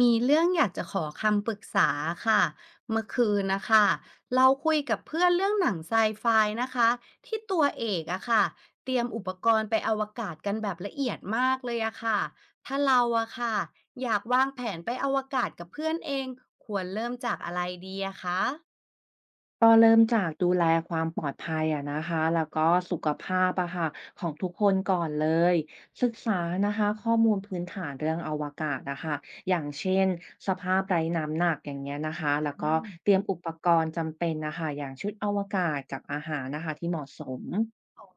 มีเรื่องอยากจะขอคำปรึกษาค่ะเมื่อคืนนะคะเราคุยกับเพื่อนเรื่องหนังไซไฟนะคะที่ตัวเอกอะค่ะเตรียมอุปกรณ์ไปอวกาศกันแบบละเอียดมากเลยอะค่ะถ้าเราอะค่ะอยากวางแผนไปอวกาศกับเพื่อนเองควรเริ่มจากอะไรดีอะคะก็เริ่มจากดูแลความปลอดภัยอะนะคะแล้วก็สุขภาพอะค่ะของทุกคนก่อนเลยศึกษานะคะข้อมูลพื้นฐานเรื่องอวกาศนะคะอย่างเช่นสภาพไร้น้ำหนักอย่างเงี้ยนะคะแล้วก็เตรียมอุปกรณ์จำเป็นนะคะอย่างชุดอวกาศกับอาหารนะคะที่เหมาะสม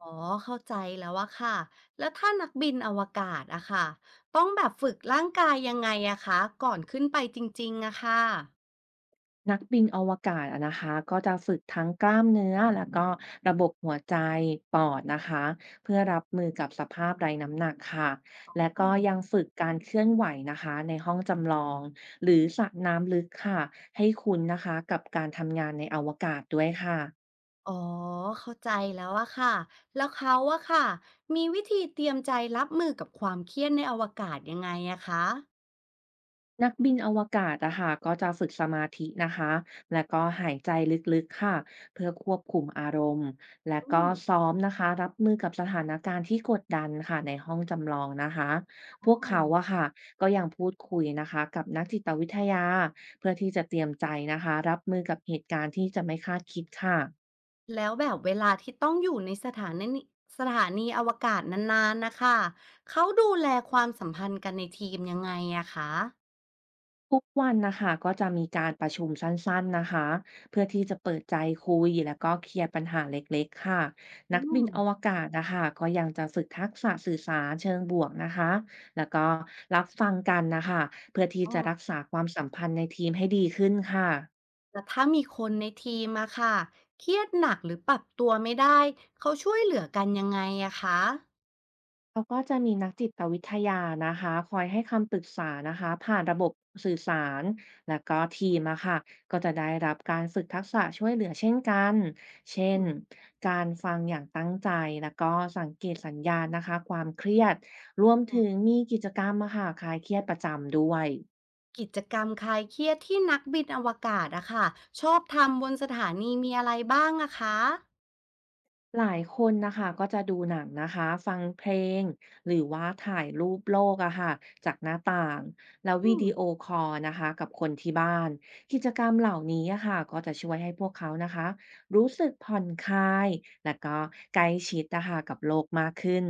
อ๋อเข้าใจแล้วอะค่ะแล้วถ้านักบินอวกาศอะค่ะต้องแบบฝึกร่างกายยังไงอะคะก่อนขึ้นไปจริงๆอะค่ะ นักบินอวกาศอะนะคะก็จะฝึกทั้งกล้ามเนื้อแล้วก็ระบบหัวใจปอดนะคะเพื่อรับมือกับสภาพไร้น้ำหนักค่ะและก็ยังฝึกการเคลื่อนไหวนะคะในห้องจำลองหรือสระน้ำลึกค่ะให้คุ้นนะคะกับการทำงานในอวกาศด้วยค่ะ อ๋อเข้าใจแล้วอะค่ะแล้วเขาอะค่ะมีวิธีเตรียมใจรับมือกับความเครียดในอวกาศยังไงอะคะนักบินอวกาศอะค่ะก็จะฝึกสมาธินะคะและก็หายใจลึกๆค่ะเพื่อควบคุมอารมณ์และอืก็มซ้อมนะคะรับมือกับสถานการณ์ที่กดดันค่ะในห้องจำลองนะคะพวกค่ะเขาอะค่ะก็ยังพูดคุยนะคะกับนักจิตวิทยาเพื่อที่จะเตรียมใจนะคะรับมือกับเหตุการณ์ที่จะไม่คาดคิดค่ะ แล้วแบบเวลาที่ต้องอยู่ในสถานีอวกาศนานๆนะคะเขาดูแลความสัมพันธ์กันในทีมยังไงอะคะทุกวันนะคะก็จะมีการประชุมสั้นๆนะคะเพื่อที่จะเปิดใจคุยแล้วก็เคลียร์ปัญหาเล็กๆค่ะอืนักบินมอวกาศนะคะก็ยังจะฝึกทักษะสื่อสารเชิงบวกนะคะแล้วก็รับฟังกันนะคะเพื่อที่อ๋อจะรักษาความสัมพันธ์ในทีมให้ดีขึ้นค่ะ แล้วถ้ามีคนในทีมอะค่ะเครียดหนักหรือปรับตัวไม่ได้เขาช่วยเหลือกันยังไงอะคะเขาก็จะมีนักจิตวิทยานะคะคอยให้คำปรึกษานะคะผ่านระบบสื่อสารและก็ทีมอะค่ะก็จะได้รับการฝึกทักษะช่วยเหลือเช่นกันเช่นอืม การฟังอย่างตั้งใจแล้วก็สังเกตสัญญาณนะคะความเครียดรวมถึงมีกิจกรรมอะค่ะคลายเครียดประจำด้วย กิจกรรมคลายเครียดที่นักบินอวกาศอะค่ะชอบทำบนสถานีมีอะไรบ้างอะคะหลายคนนะคะก็จะดูหนังนะคะฟังเพลงหรือว่าถ่ายรูปโลกอะค่ะจากหน้าต่างแล้วอืวิมดีโอคอลนะคะกับคนที่บ้านกิจกรรมเหล่านี้อะค่ะก็จะช่วยให้พวกเขานะคะรู้สึกผ่อนคลายและก็ใกล้ชิดนะคะกับโลกมากขึ้น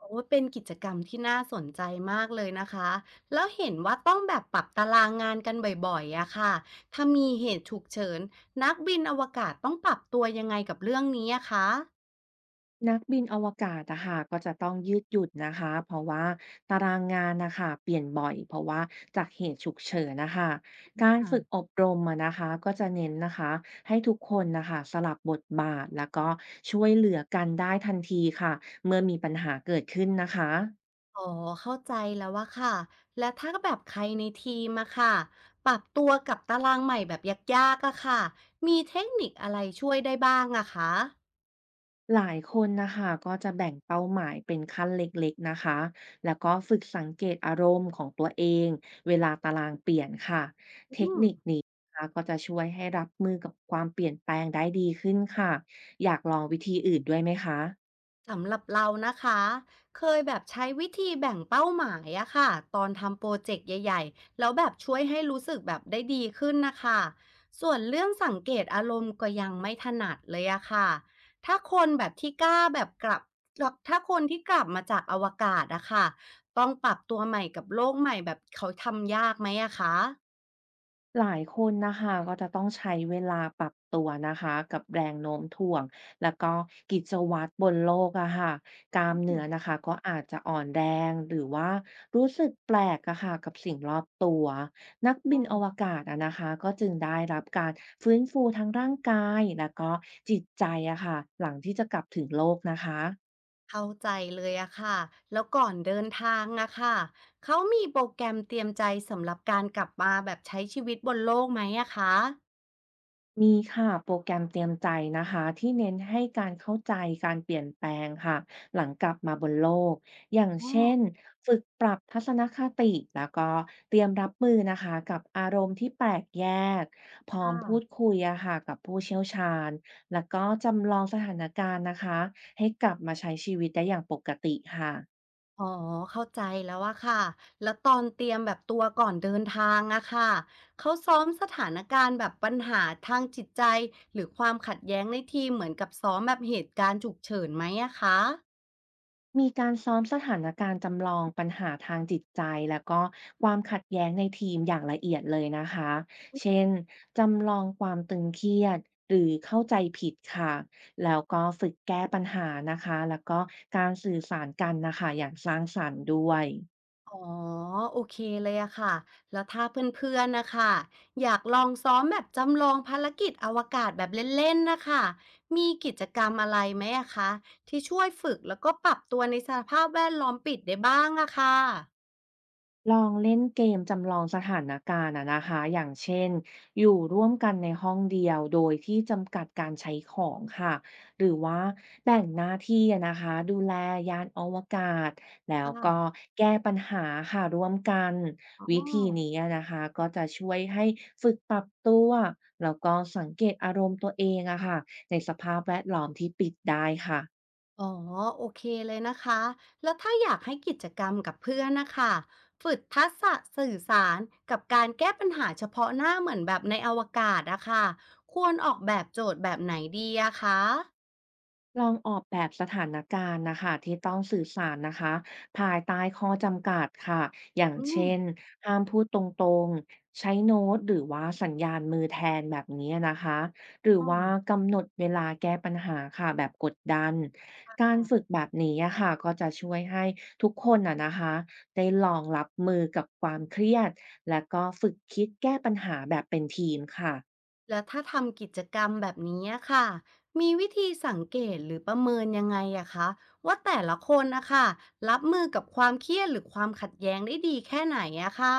โอ้เป็นกิจกรรมที่น่าสนใจมากเลยนะคะแล้วเห็นว่าต้องแบบปรับตารางงานกันบ่อยๆอะค่ะถ้ามีเหตุฉุกเฉินนักบินอวกาศต้องปรับตัวยังไงกับเรื่องนี้อะคะนักบินอวกาศอะค่ะก็จะต้องยืดหยุ่นนะคะเพราะว่าตารางงานนะคะเปลี่ยนบ่อยเพราะว่าจากเหตุฉุกเฉินนะคะอการฝึก่ะอบรมอะนะคะก็จะเน้นนะคะให้ทุกคนนะคะสลับบทบาทแล้วก็ช่วยเหลือกันได้ทันทีค่ะเมื่อมีปัญหาเกิดขึ้นนะคะ อ๋อเข้าใจแล้วว่าค่ะและถ้าแบบใครในทีมอะค่ะปรับตัวกับตารางใหม่แบบยากๆอะค่ะมีเทคนิคอะไรช่วยได้บ้างอะคะ หลายคนนะคะก็จะแบ่งเป้าหมายเป็นขั้นเล็กๆนะคะแล้วก็ฝึกสังเกตอารมณ์ของตัวเองเวลาตารางเปลี่ยนค่ะเทอืคมนิคนี้นะคะก็จะช่วยให้รับมือกับความเปลี่ยนแปลงได้ดีขึ้นค่ะอยากลองวิธีอื่นด้วยไหมคะ สำหรับเรานะคะเคยแบบใช้วิธีแบ่งเป้าหมายอะค่ะตอนทำโปรเจกต์ใหญ่ๆแล้วแบบช่วยให้รู้สึกแบบได้ดีขึ้นนะคะส่วนเรื่องสังเกตอารมณ์ก็ยังไม่ถนัดเลยอะค่ะถ้าคนแบบที่กล้าแบบกลับถ้าคนที่กลับมาจากอวกาศอะค่ะต้องปรับตัวใหม่กับโลกใหม่แบบเขาทำยากไหมอะคะหลายคนนะคะก็จะต้องใช้เวลาปรับตัวนะคะกับแรงโน้มถ่วงแล้วก็กิจวัตรบนโลกอะค่ะกล้ามเนื้อนะคะก็อาจจะอ่อนแรงหรือว่ารู้สึกแปลกอะค่ะกับสิ่งรอบตัวนักอืบินอม วกาศอะนะคะก็จึงได้รับการฟื้นฟูทั้งร่างกายแล้วก็จิตใจอะค่ะหลังที่จะกลับถึงโลกนะคะ เข้าใจเลยอะค่ะ แล้วก่อนเดินทางอะค่ะเขามีโปรแกรมเตรียมใจสำหรับการกลับมาแบบใช้ชีวิตบนโลกไหมอะคะ มีค่ะโปรแกรมเตรียมใจนะคะที่เน้นให้การเข้าใจการเปลี่ยนแปลงค่ะหลังกลับมาบนโลกอย่างอ๋อเช่นฝึกปรับทัศนคติแล้วก็เตรียมรับมือนะคะกับอารมณ์ที่แปลกแยกพคร้อมพูด่ะคุยอะค่ะกับผู้เชี่ยวชาญแล้วก็จำลองสถานการณ์นะคะให้กลับมาใช้ชีวิตได้อย่างปกติค่ะ อ๋อเข้าใจแล้วอะค่ะแล้วตอนเตรียมแบบตัวก่อนเดินทางอะค่ะเขาซ้อมสถานการณ์แบบปัญหาทางจิตใจหรือความขัดแย้งในทีมเหมือนกับซ้อมแบบเหตุการณ์ฉุกเฉินไหมอะคะ มีการซ้อมสถานการณ์จำลองปัญหาทางจิตใจแล้วก็ความขัดแย้งในทีมอย่างละเอียดเลยนะคะ เช่น จำลองความตึงเครียดหรือเข้าใจผิดค่ะ แล้วก็ฝึกแก้ปัญหานะคะ แล้วก็การสื่อสารกันนะคะ อย่างสร้างสรรค์ด้วย อ๋อโอเคเลยอะค่ะแล้วถ้าเพื่อนๆนะคะอยากลองซ้อมแบบจำลองภารกิจอวกาศแบบเล่นๆนะคะมีกิจกรรมอะไรไหมอะคะที่ช่วยฝึกแล้วก็ปรับตัวในสภาพแวดล้อมปิดได้บ้างอะค่ะลองเล่นเกมจำลองสถานการณ์อะนะคะอย่างเช่นอยู่ร่วมกันในห้องเดียวโดยที่จำกัดการใช้ของค่ะหรือว่าแบ่งหน้าที่อะนะคะดูแลยานอวกาศแล้วก็ค่ะแก้ปัญหาค่ะร่วมกันอ๋อวิธีนี้อะนะคะก็จะช่วยให้ฝึกปรับตัวแล้วก็สังเกตอารมณ์ตัวเองอะค่ะในสภาพแวดล้อมที่ปิดได้ค่ะ อ๋อโอเคเลยนะคะแล้วถ้าอยากให้กิจกรรมกับเพื่อนนะคะฝึกทักษะสื่อสารกับการแก้ปัญหาเฉพาะหน้าเหมือนแบบในอวกาศอะค่ะควรออกแบบโจทย์แบบไหนดีอะคะ ลองออกแบบสถานการณ์นะคะที่ต้องสื่อสารนะคะภายใต้ข้อจำกัดค่ะอย่างอืมเช่นห้ามพูดตรงๆใช้โน้ตหรือว่าสัญญาณมือแทนแบบนี้นะคะหรืออ้อว่ากำหนดเวลาแก้ปัญหาค่ะแบบกดดันการฝึกแบบนี้อะค่ะก็จะช่วยให้ทุกคนอ่ะนะคะได้ลองรับมือกับความเครียดและก็ฝึกคิดแก้ปัญหาแบบเป็นทีมค่ะ แล้วถ้าทำกิจกรรมแบบนี้อะค่ะมีวิธีสังเกตหรือประเมินยังไงอะคะว่าแต่ละคนนะคะรับมือกับความเครียดหรือความขัดแย้งได้ดีแค่ไหนอะค่ะ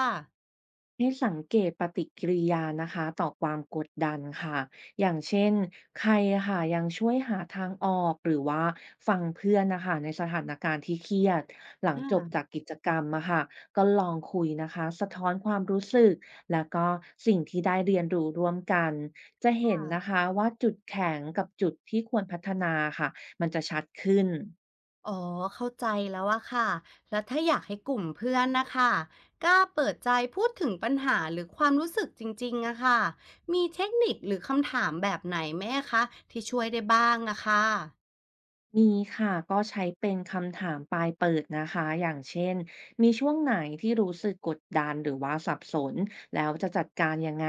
ให้สังเกตปฏิกิริยานะคะต่อความกดดันค่ะอย่างเช่นใครอะค่ะยังช่วยหาทางออกหรือว่าฟังเพื่อนนะคะในสถานการณ์ที่เครียดหลังจบจาอากกิจกรรมอะค่ะก็ลองคุยนะคะสะท้อนความรู้สึกแล้วก็สิ่งที่ได้เรียนรู้ร่วมกันจะเห็นค่ะนะคะว่าจุดแข็งกับจุดที่ควรพัฒนาค่ะมันจะชัดขึ้น อ๋อเข้าใจแล้วอะค่ะแล้วถ้าอยากให้กลุ่มเพื่อนนะคะกล้าเปิดใจพูดถึงปัญหาหรือความรู้สึกจริงๆอะค่ะมีเทคนิคหรือคำถามแบบไหนไหมอะคะที่ช่วยได้บ้างอะค่ะ มีค่ะก็ใช้เป็นคำถามปลายเปิดนะคะอย่างเช่นมีช่วงไหนที่รู้สึกกดดันหรือว่าสับสนแล้วจะจัดการยังไง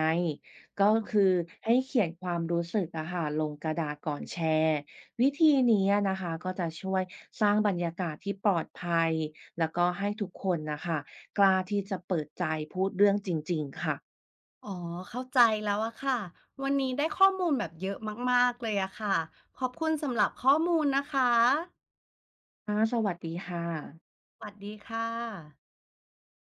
ก็คือให้เขียนความรู้สึกอะค่ะลงกระดาษก่อนแชร์วิธีนี้นะคะก็จะช่วยสร้างบรรยากาศที่ปลอดภัยแล้วก็ให้ทุกคนนะคะกล้าที่จะเปิดใจพูดเรื่องจริงๆค่ะอ๋อเข้าใจแล้วอะค่ะวันนี้ได้ข้อมูลแบบเยอะมากๆเลยอะค่ะขอบคุณสำหรับข้อมูลนะคะค่ะสวัสดีค่ะสวัสดีค่ะ